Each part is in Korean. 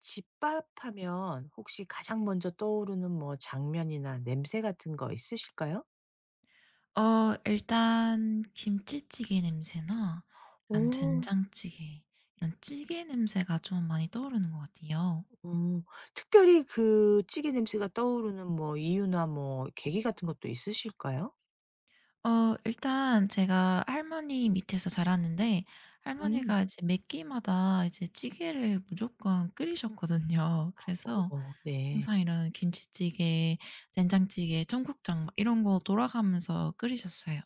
집밥하면 혹시 가장 먼저 떠오르는 뭐 장면이나 냄새 같은 거 있으실까요? 일단 김치찌개 냄새나 약간 오. 된장찌개 이런 찌개 냄새가 좀 많이 떠오르는 것 같아요. 음. 특별히 그 찌개 냄새가 떠오르는 뭐 이유나 뭐 계기 같은 것도 있으실까요? 일단 제가 할머니 밑에서 자랐는데, 음. 할머니가 이제 매 끼마다 이제 찌개를 무조건 끓이셨거든요. 그래서 어 네. 항상 이런 김치찌개, 된장찌개, 청국장 막 이런 거 돌아가면서 끓이셨어요.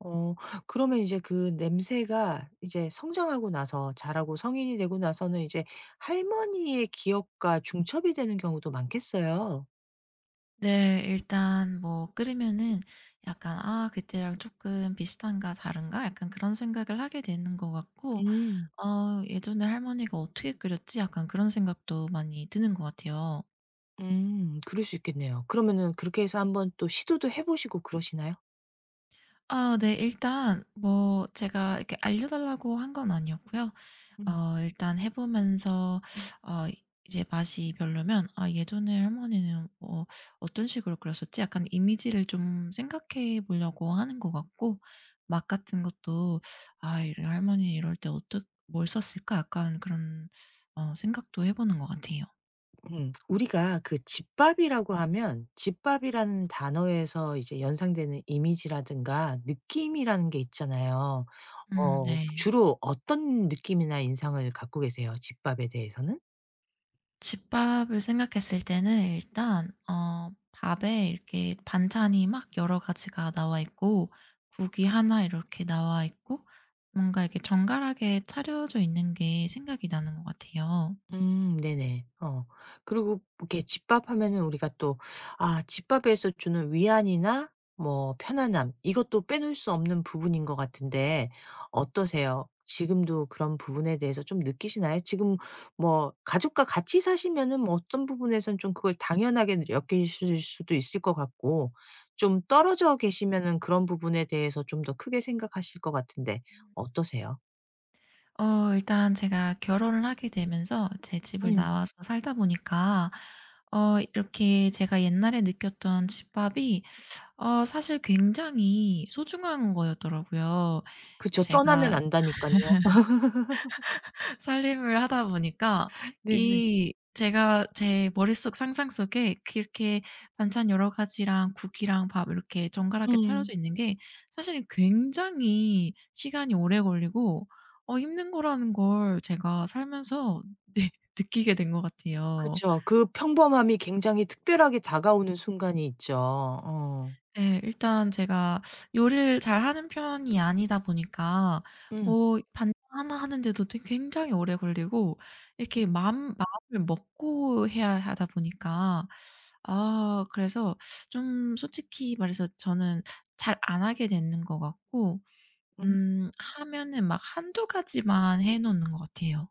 어 그러면 이제 그 냄새가 이제 성장하고 나서 자라고 성인이 되고 나서는 이제 할머니의 기억과 중첩이 되는 경우도 많겠어요. 네. 일단 뭐 끓이면은 약간 '아 그때랑 조금 비슷한가 다른가?' 약간 그런 생각을 하게 되는 것 같고, 음. '어 예전에 할머니가 어떻게 끓였지?' 약간 그런 생각도 많이 드는 것 같아요. 그럴 수 있겠네요. 그러면은 그렇게 해서 한번 또 시도도 해 보시고 그러시나요? 아 네. 일단 뭐 제가 이렇게 알려달라고 한 건 아니었고요. 음. 일단 해 보면서, 어 이제 맛이 별로면 '아 예전에 할머니는 뭐 어떤 식으로 그렸었지?' 약간 이미지를 좀 생각해 보려고 하는 것 같고, 맛 같은 것도 '아 이 할머니 이럴 때 어떻 뭘 썼을까?' 약간 그런 생각도 해 보는 것 같아요. 음. 우리가 그 집밥이라고 하면 집밥이라는 단어에서 이제 연상되는 이미지라든가 느낌이라는 게 있잖아요. 어 네. 주로 어떤 느낌이나 인상을 갖고 계세요? 집밥에 대해서는? 집밥을 생각했을 때는 일단 밥에 이렇게 반찬이 막 여러 가지가 나와 있고, 국이 하나 이렇게 나와 있고, 뭔가 이렇게 정갈하게 차려져 있는 게 생각이 나는 것 같아요. 네네. 어. 그리고 이렇게 집밥 하면은 우리가 또 아 집밥에서 주는 위안이나 뭐 편안함 이것도 빼놓을 수 없는 부분인 것 같은데 어떠세요? 지금도 그런 부분에 대해서 좀 느끼시나요? 지금 뭐 가족과 같이 사시면은 뭐 어떤 부분에선 좀 그걸 당연하게 여기실 수도 있을 것 같고 좀 떨어져 계시면은 그런 부분에 대해서 좀 더 크게 생각하실 것 같은데 어떠세요? 일단 제가 결혼을 하게 되면서 제 집을 음. 나와서 살다 보니까, 이렇게 제가 옛날에 느꼈던 집밥이 사실 굉장히 소중한 거였더라고요. 그쵸. 떠나면 제가 안다니까요. 살림을 하다 보니까, 네네. 이 제가 제 머릿속 상상 속에 그렇게 반찬 여러 가지랑 국이랑 밥 이렇게 정갈하게 차려져 음. 있는 게 사실 굉장히 시간이 오래 걸리고 힘든 거라는 걸 제가 살면서 네, 느끼게 된 것 같아요. 그쵸. 그 평범함이 굉장히 특별하게 다가오는 순간이 있죠. 어. 예. 일단 제가 요리를 잘하는 편이 아니다 보니까, 음. 뭐 반찬 하나 하는데도 되게 굉장히 오래 걸리고, 음. 이렇게 맘 마음을 먹고 해야 하다 보니까 아 그래서 좀 솔직히 말해서 저는 잘 안 하게 되는 것 같고, 음. 하면은 막 한두 가지만 해 놓는 것 같아요.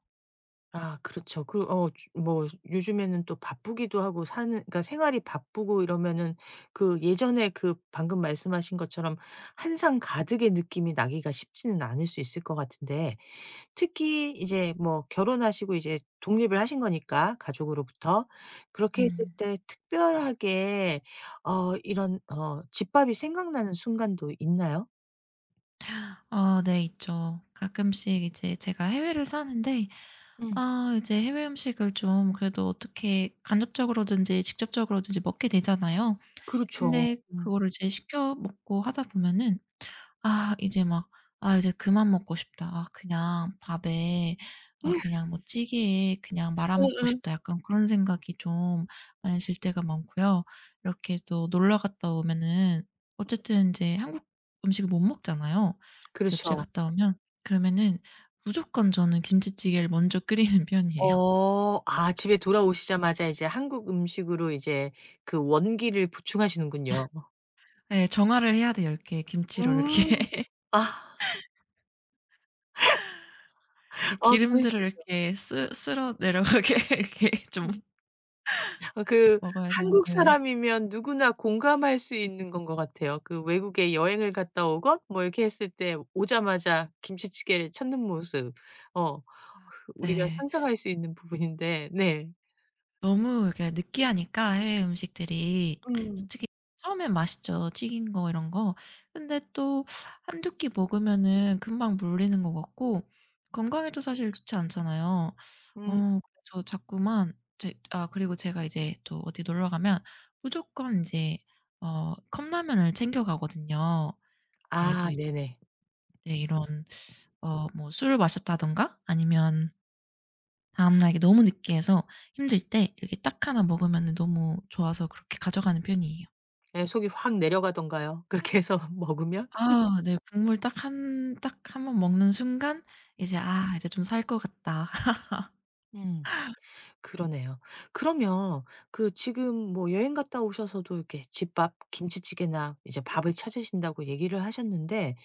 아 그렇죠. 그 어 뭐 요즘에는 또 바쁘기도 하고 사는 그러니까 생활이 바쁘고 이러면은 그 예전에 그 방금 말씀하신 것처럼 한상 가득의 느낌이 나기가 쉽지는 않을 수 있을 것 같은데 특히 이제 뭐 결혼하시고 이제 독립을 하신 거니까 가족으로부터. 그렇게 했을 음. 때 특별하게 어 이런 어 집밥이 생각나는 순간도 있나요? 어네 있죠. 가끔씩 이제 제가 해외를 사는데, 음. 아 이제 해외 음식을 좀 그래도 어떻게 간접적으로든지 직접적으로든지 먹게 되잖아요. 그렇죠. 그렇죠. 근데 음. 그거를 이제 시켜 먹고 하다 보면은, 아 이제 막 '아 이제 그만 먹고 싶다. 아 그냥 밥에, 아 그냥 뭐 찌개에 그냥 말아 먹고 음음. 싶다.' 약간 그런 생각이 좀 많이 들 때가 많고요. 이렇게 또 놀러 갔다 오면은 어쨌든 이제 한국 음식을 못 먹잖아요, 며칠 그렇죠. 갔다 오면. 그러면은 무조건 저는 김치찌개를 먼저 끓이는 편이에요. 어 아 집에 돌아오시자마자 이제 한국 음식으로 이제 그 원기를 보충하시는군요. 예. 정화를 해야 돼요. 이렇게 김치로 이렇게 음. 아. 그 아 그럴 기름들을 수 있죠. 이렇게 쓸 쓸어 내려가게 이렇게 좀 음. 어 그 먹어야 돼요. 한국 네. 사람이면 누구나 공감할 수 있는 건 것 같아요. 그 외국에 여행을 갔다 오건 뭐 이렇게 했을 때 오자마자 김치찌개를 찾는 모습. 어 아 그 우리가 네. 상상할 수 있는 부분인데 네. 너무 이렇게 느끼하니까 해외 음식들이 음. 솔직히 처음엔 맛있죠. 튀긴 거 이런 거. 근데 또 한 두 끼 먹으면은 금방 물리는 것 같고, 건강에도 사실 좋지 않잖아요. 음. 그래서 자꾸만 제 아 그리고 제가 이제 또 어디 놀러 가면 무조건 인제 컵라면을 챙겨 가거든요. 아무래도 아 이제, 네네. 네, 이런 뭐 술을 마셨다든가 아니면 다음날 이게 너무 느끼해서 힘들 때 이렇게 딱 하나 먹으면은 너무 좋아서 그렇게 가져가는 편이에요. 예 속이 확 내려가던가요 그렇게 해서 먹으면? 아 네. 국물 딱 한번 먹는 순간 이제 '아 이제 좀 살 것 같다.' 음 그러네요. 그러면 그 지금 뭐 여행 갔다 오셔서도 이렇게 집밥 김치찌개나 이제 밥을 찾으신다고 얘기를 하셨는데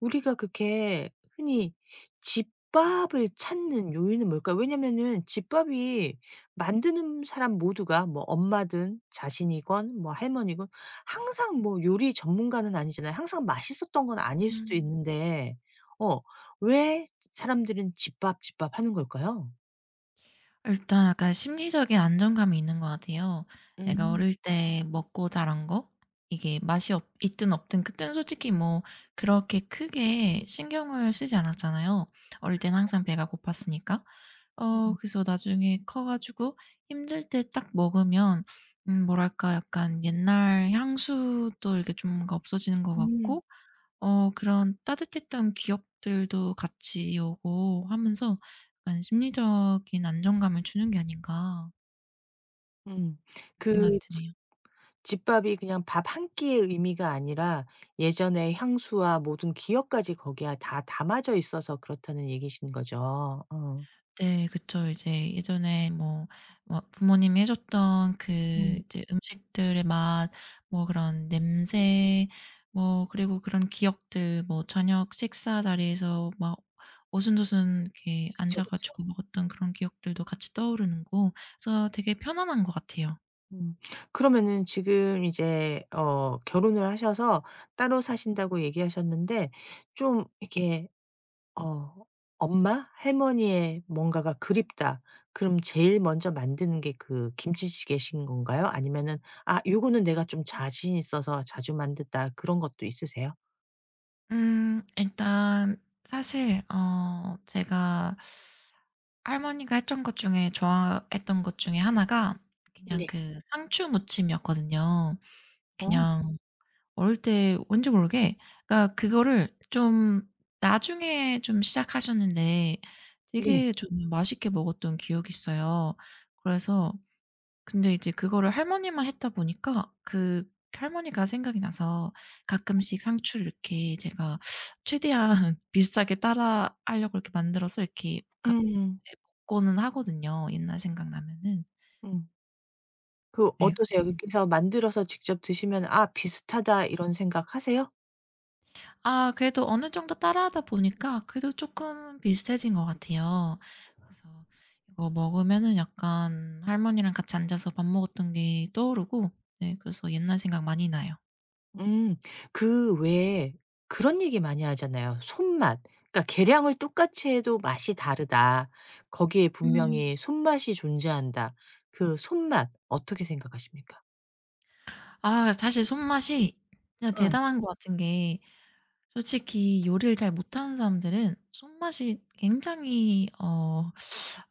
우리가 그렇게 흔히 집밥을 찾는 요인은 뭘까요? 왜냐면은 집밥이 만드는 사람 모두가 뭐 엄마든 자신이건 뭐 할머니건 항상 뭐 요리 전문가는 아니잖아요. 항상 맛있었던 건 아닐 수도 음. 있는데 어 왜 사람들은 집밥, 집밥 하는 걸까요? 일단 약간 심리적인 안정감이 있는 것 같아요. 내가 음. 어릴 때 먹고 자란 거, 이게 맛이 없 있든 없든 그때는 솔직히 뭐 그렇게 크게 신경을 쓰지 않았잖아요. 어릴 때는 그쵸. 항상 배가 고팠으니까. 음. 그래서 나중에 커 가지고 힘들 때 딱 먹으면, 뭐랄까, 약간 옛날 향수도 이렇게 좀 뭔가 없어지는 것 음. 같고, 그런 따뜻했던 기억들도 같이 오고 하면서, 약간 심리적인 안정감을 주는 게 아닌가 음. 생각이 그 드네요. 집밥이 그냥 밥 한 끼의 의미가 아니라 예전의 향수와 모든 기억까지 거기에 다 담아져 있어서 그렇다는 얘기신 거죠. 어. 네. 그쵸. 이제 예전에 뭐 부모님이 해 줬던 그 음. 이제 음식들의 맛, 뭐 그런 냄새, 뭐 그리고 그런 기억들, 뭐 저녁 식사 자리에서 막 어순도순 이렇게 그쵸, 앉아 그쵸. 가지고 먹었던 그런 기억들도 같이 떠오르는 거, 그래서 되게 편안한 것 같아요. 음. 그러면은 지금 이제 어 결혼을 하셔서 따로 사신다고 얘기하셨는데 좀 이렇게 어 엄마, 할머니의 뭔가가 그립다. 그럼 제일 먼저 만드는 게 그 김치찌개신 건가요? 아니면은 '아 요거는 내가 좀 자신 있어서 자주 만든다.' 그런 것도 있으세요? 일단 사실 제가 할머니가 했던 것 중에 좋아했던 것 중에 하나가 그냥 네. 그 상추 무침이었거든요. 어 그냥 어릴 때 왠지 모르게 그러니까 그거를 좀 나중에 좀 시작하셨는데 네. 되게 저는 맛있게 먹었던 기억이 있어요. 그래서, 근데 이제 그거를 할머니만 했다 보니까 그 할머니가 생각이 나서 가끔씩 상추를 이렇게 제가 최대한 비슷하게 따라하려고 이렇게 만들어서 이렇게 가 음. 먹고는 하거든요, 옛날 생각나면은. 음. 그 네, 어떠세요? 그래서 그래서 만들어서 직접 드시면 '아 비슷하다.' 이런 생각하세요? 아 그래도 어느 정도 따라하다 보니까 그래도 쪼끔 비슷해진 것 같아요. 그래서 이거 먹으면은 약간 할머니랑 같이 앉아서 밥 먹었던 게 떠오르고, 네, 그래서 옛날 생각 많이 나요. 음. 그 외에 그런 얘기 많이 하잖아요. 손맛. 그러니까 계량을 똑같이 해도 맛이 다르다. 거기에 음. 분명히 손맛이 존재한다. 그 손맛 어떻게 생각하십니까? 아 사실 손맛이 진짜 어. 대단한 것 같은 게, 솔직히 요리를 잘 못하는 사람들은 손맛이 굉장히 어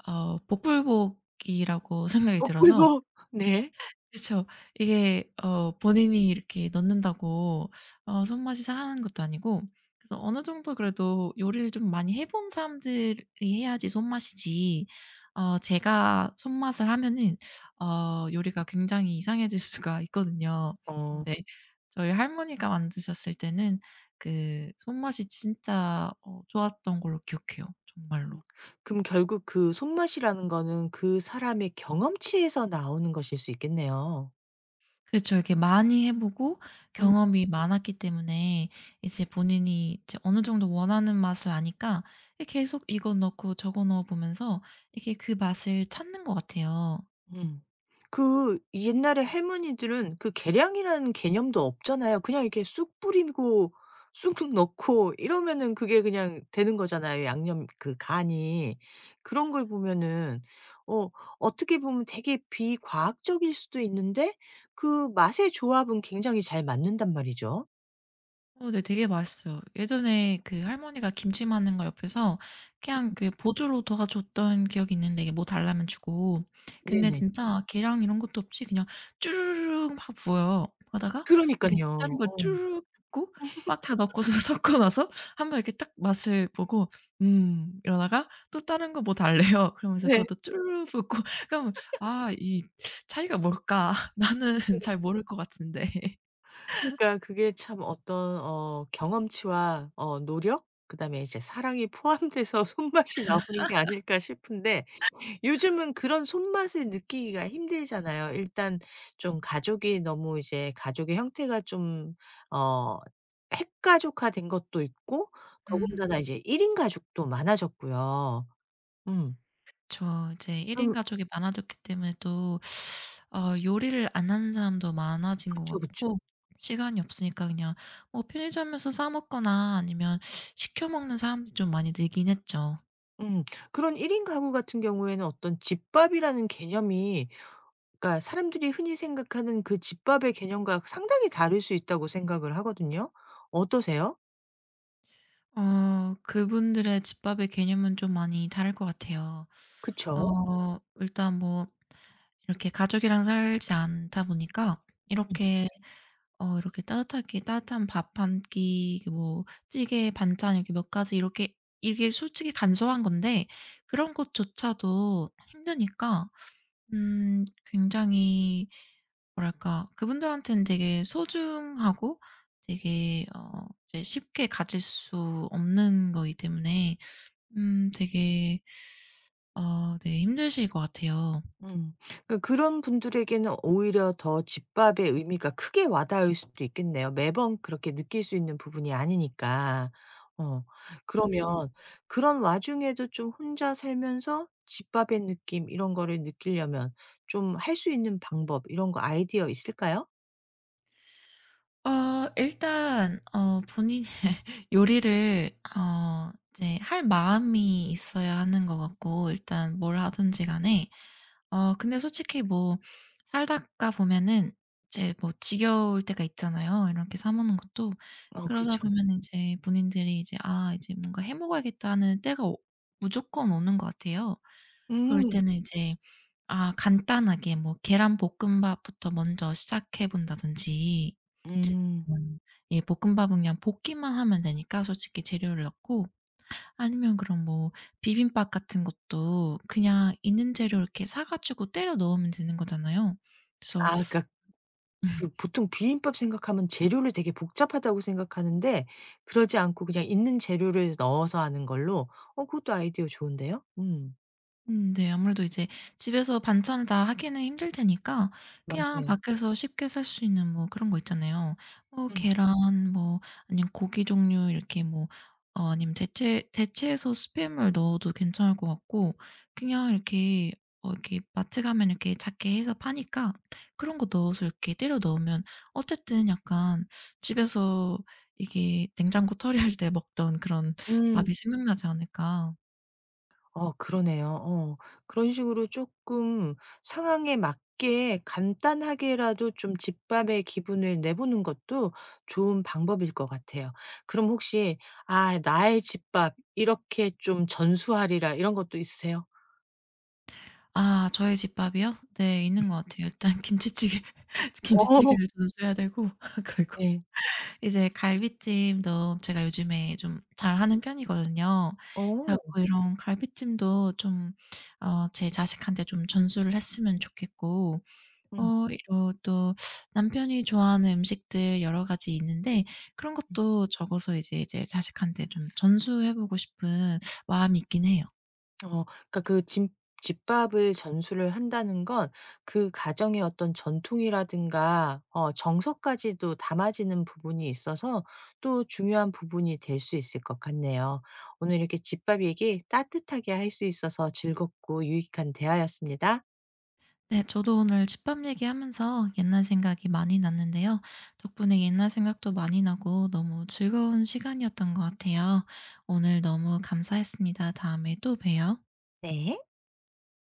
어 복불복이라고 생각이 들어서, 복불복. 네. 그쵸. 이게 본인이 이렇게 넣는다고 손맛이 살아나는 것도 아니고, 그래서 어느 정도 그래도 요리를 좀 많이 해본 사람들이 해야지 손맛이지, 제가 손맛을 하면은 요리가 굉장히 이상해질 수가 있거든요. 어. 근데 저희 할머니가 만드셨을 때는 그 손맛이 진짜 좋았던 걸로 기억해요, 정말로. 그럼 결국 그 손맛이라는 거는 그 사람의 경험치에서 나오는 것일 수 있겠네요. 그쵸. 이렇게 많이 해 보고 음. 경험이 많았기 때문에 이제 본인이 이제 어느 정도 원하는 맛을 아니까 계속 이거 넣고 저거 넣어 보면서 이게 그 맛을 찾는 것 같아요. 음. 그 옛날에 할머니들은 그 계량이라는 개념도 없잖아요. 그냥 이렇게 쑥 뿌리고 쑥 넣고 이러면은 그게 그냥 되는 거잖아요, 양념 그 간이. 그런 걸 보면은 어 어떻게 보면 되게 비과학적일 수도 있는데 그 맛의 조합은 굉장히 잘 맞는단 말이죠. 네, 되게 맛있어요. 예전에 그 할머니가 김치 만는거 옆에서 그냥 음. 그 보조로 도와줬던 기억이 있는데, 이게 뭐 달라면 주고. 근데 네네. 진짜 계량 이런 것도 없이 그냥 쭈르륵 막 부어요. 그러다가 이렇게 그러니깐요. 다른거 어. 쭈르륵 붓고 막 다 넣고서 섞고 나서 한 번 이렇게 딱 맛을 보고 이러다가 또 다른 거 뭐 달래요. 그러면서 네. 그것도 쭈르륵 붓고 그러면 '아 이 차이가 뭘까? 나는 그쵸, 잘 그쵸. 모를 것 같은데.' 그러니까 그게 참 어떤 어 경험치와 어 노력 그다음에 이제 사랑이 포함돼서 손맛이 나오는 게 아닐까 싶은데 요즘은 그런 손맛을 느끼기가 힘들잖아요. 일단 좀 가족이 너무 이제 가족의 형태가 좀 어 핵가족화된 것도 있고 더군다나 음. 이제 1인 가족도 많아졌고요. 음. 그쵸. 이제 1인 그럼 가족이 많아졌기 때문에 또 요리를 안 하는 사람도 많아진 것 그쵸, 그쵸. 같고, 시간이 없으니까 그냥 뭐 편의점에서 사 먹거나 아니면 시켜 먹는 사람들이 좀 많이 늘긴 했죠. 음. 그런 1인 가구 같은 경우에는 어떤 집밥이라는 개념이 그러니까 사람들이 흔히 생각하는 그 집밥의 개념과 상당히 다를 수 있다고 생각을 하거든요. 어떠세요? 그분들의 집밥의 개념은 좀 많이 다를 것 같아요. 그쵸? 일단 뭐 이렇게 가족이랑 살지 않다 보니까, 음. 이렇게 이렇게 따뜻하게 따뜻한 밥 한 끼 뭐 찌개 반찬 이렇게 몇 가지 이렇게 이게 솔직히 간소한 건데 그런 것조차도 힘드니까, 굉장히, 뭐랄까, 그분들한테는 되게 소중하고 되게 이제 쉽게 가질 수 없는 거기 때문에, 되게 네, 힘드실 것 같아요. 음. 그러니까 그런 분들에게는 오히려 더 집밥의 의미가 크게 와닿을 수도 있겠네요. 매번 그렇게 느낄 수 있는 부분이 아니니까. 어. 그러면 그런 와중에도 좀 혼자 살면서 집밥의 느낌 이런 거를 느끼려면 좀 할 수 있는 방법 이런 거 아이디어 있을까요? 일단 어본인 요리를 이제 할 마음이 있어야 하는 것 같고, 일단 뭘 하든지 간에 근데 솔직히 뭐 살다가 보면은 이제 뭐 지겨울 때가 있잖아요, 이렇게 사 먹는 것도. 어 그러다, 네, 그렇죠. 보면 이제 본인들이 이제 '아 이제 뭔가 해 먹어야겠다.' 하는 때가 오 무조건 오는 것 같아요. 그럴 음. 때는 이제 아 간단하게 뭐 계란볶음밥부터 먼저 시작해 본다든지 음. 이런, 예, 볶음밥은 그냥 볶기만 하면 되니까 솔직히 재료를 넣고, 아니면 그럼 뭐 비빔밥 같은 것도 그냥 있는 재료 이렇게 사 가지고 때려 넣으면 되는 거잖아요. 그래서, 아 그러니까 그 보통 비빔밥 생각하면 재료를 되게 복잡하다고 생각하는데 그러지 않고 그냥 있는 재료를 넣어서 하는 걸로 어 그것도 아이디어 좋은데요? 음. 네, 아무래도 이제 집에서 반찬을 다 하기는 힘들 테니까 그냥 맞아요. 밖에서 쉽게 살 수 있는 뭐 그런 거 있잖아요. 뭐 음. 계란, 뭐 아니면 고기 종류 이렇게 뭐 아니면 대체해서 스팸을 넣어도 괜찮을 것 같고, 그냥 이렇게 이렇게 마트 가면 이렇게 작게 해서 파니까 그런 거 넣어서 이렇게 때려 넣으면 어쨌든 약간 집에서 이게 냉장고 털이할 때 먹던 그런 음. 밥이 생각나지 않을까. 어 그러네요. 어. 그런 식으로 쪼끔 상황에 맞게 간단하게라도 좀 집밥의 기분을 내보는 것도 좋은 방법일 것 같아요. 그럼 혹시 '아 나의 집밥 이렇게 좀 전수하리라.' 이런 것도 있으세요? 아 저의 집밥이요? 네, 네. 있는 것 같아요. 일단 김치찌개. 어. 김치찌개를 저는 줘야 되고. 그리고 네. 이제 갈비찜도 제가 요즘에 좀 잘하는 편이거든요. 그래 어. 갖고 이런 갈비찜도 좀 제 자식한테 좀 전수를 했으면 좋겠고, 음. 어 이런 또 남편이 좋아하는 음식들 여러 가지 있는데 그런 것도 적어서 이제 자식한테 좀 전수해 보고 싶은 마음이 있긴 해요. 어 그러니까 그 집 집밥을 전수를 한다는 건 그 가정의 어떤 전통이라든가 어 정서까지도 담아지는 부분이 있어서 또 중요한 부분이 될 수 있을 것 같네요. 오늘 이렇게 집밥 얘기 따뜻하게 할 수 있어서 즐겁고 유익한 대화였습니다. 네, 저도 오늘 집밥 얘기하면서 옛날 생각이 많이 났는데요. 덕분에 옛날 생각도 많이 나고 너무 즐거운 시간이었던 것 같아요. 오늘 너무 감사했습니다. 다음에 또 봬요. 네.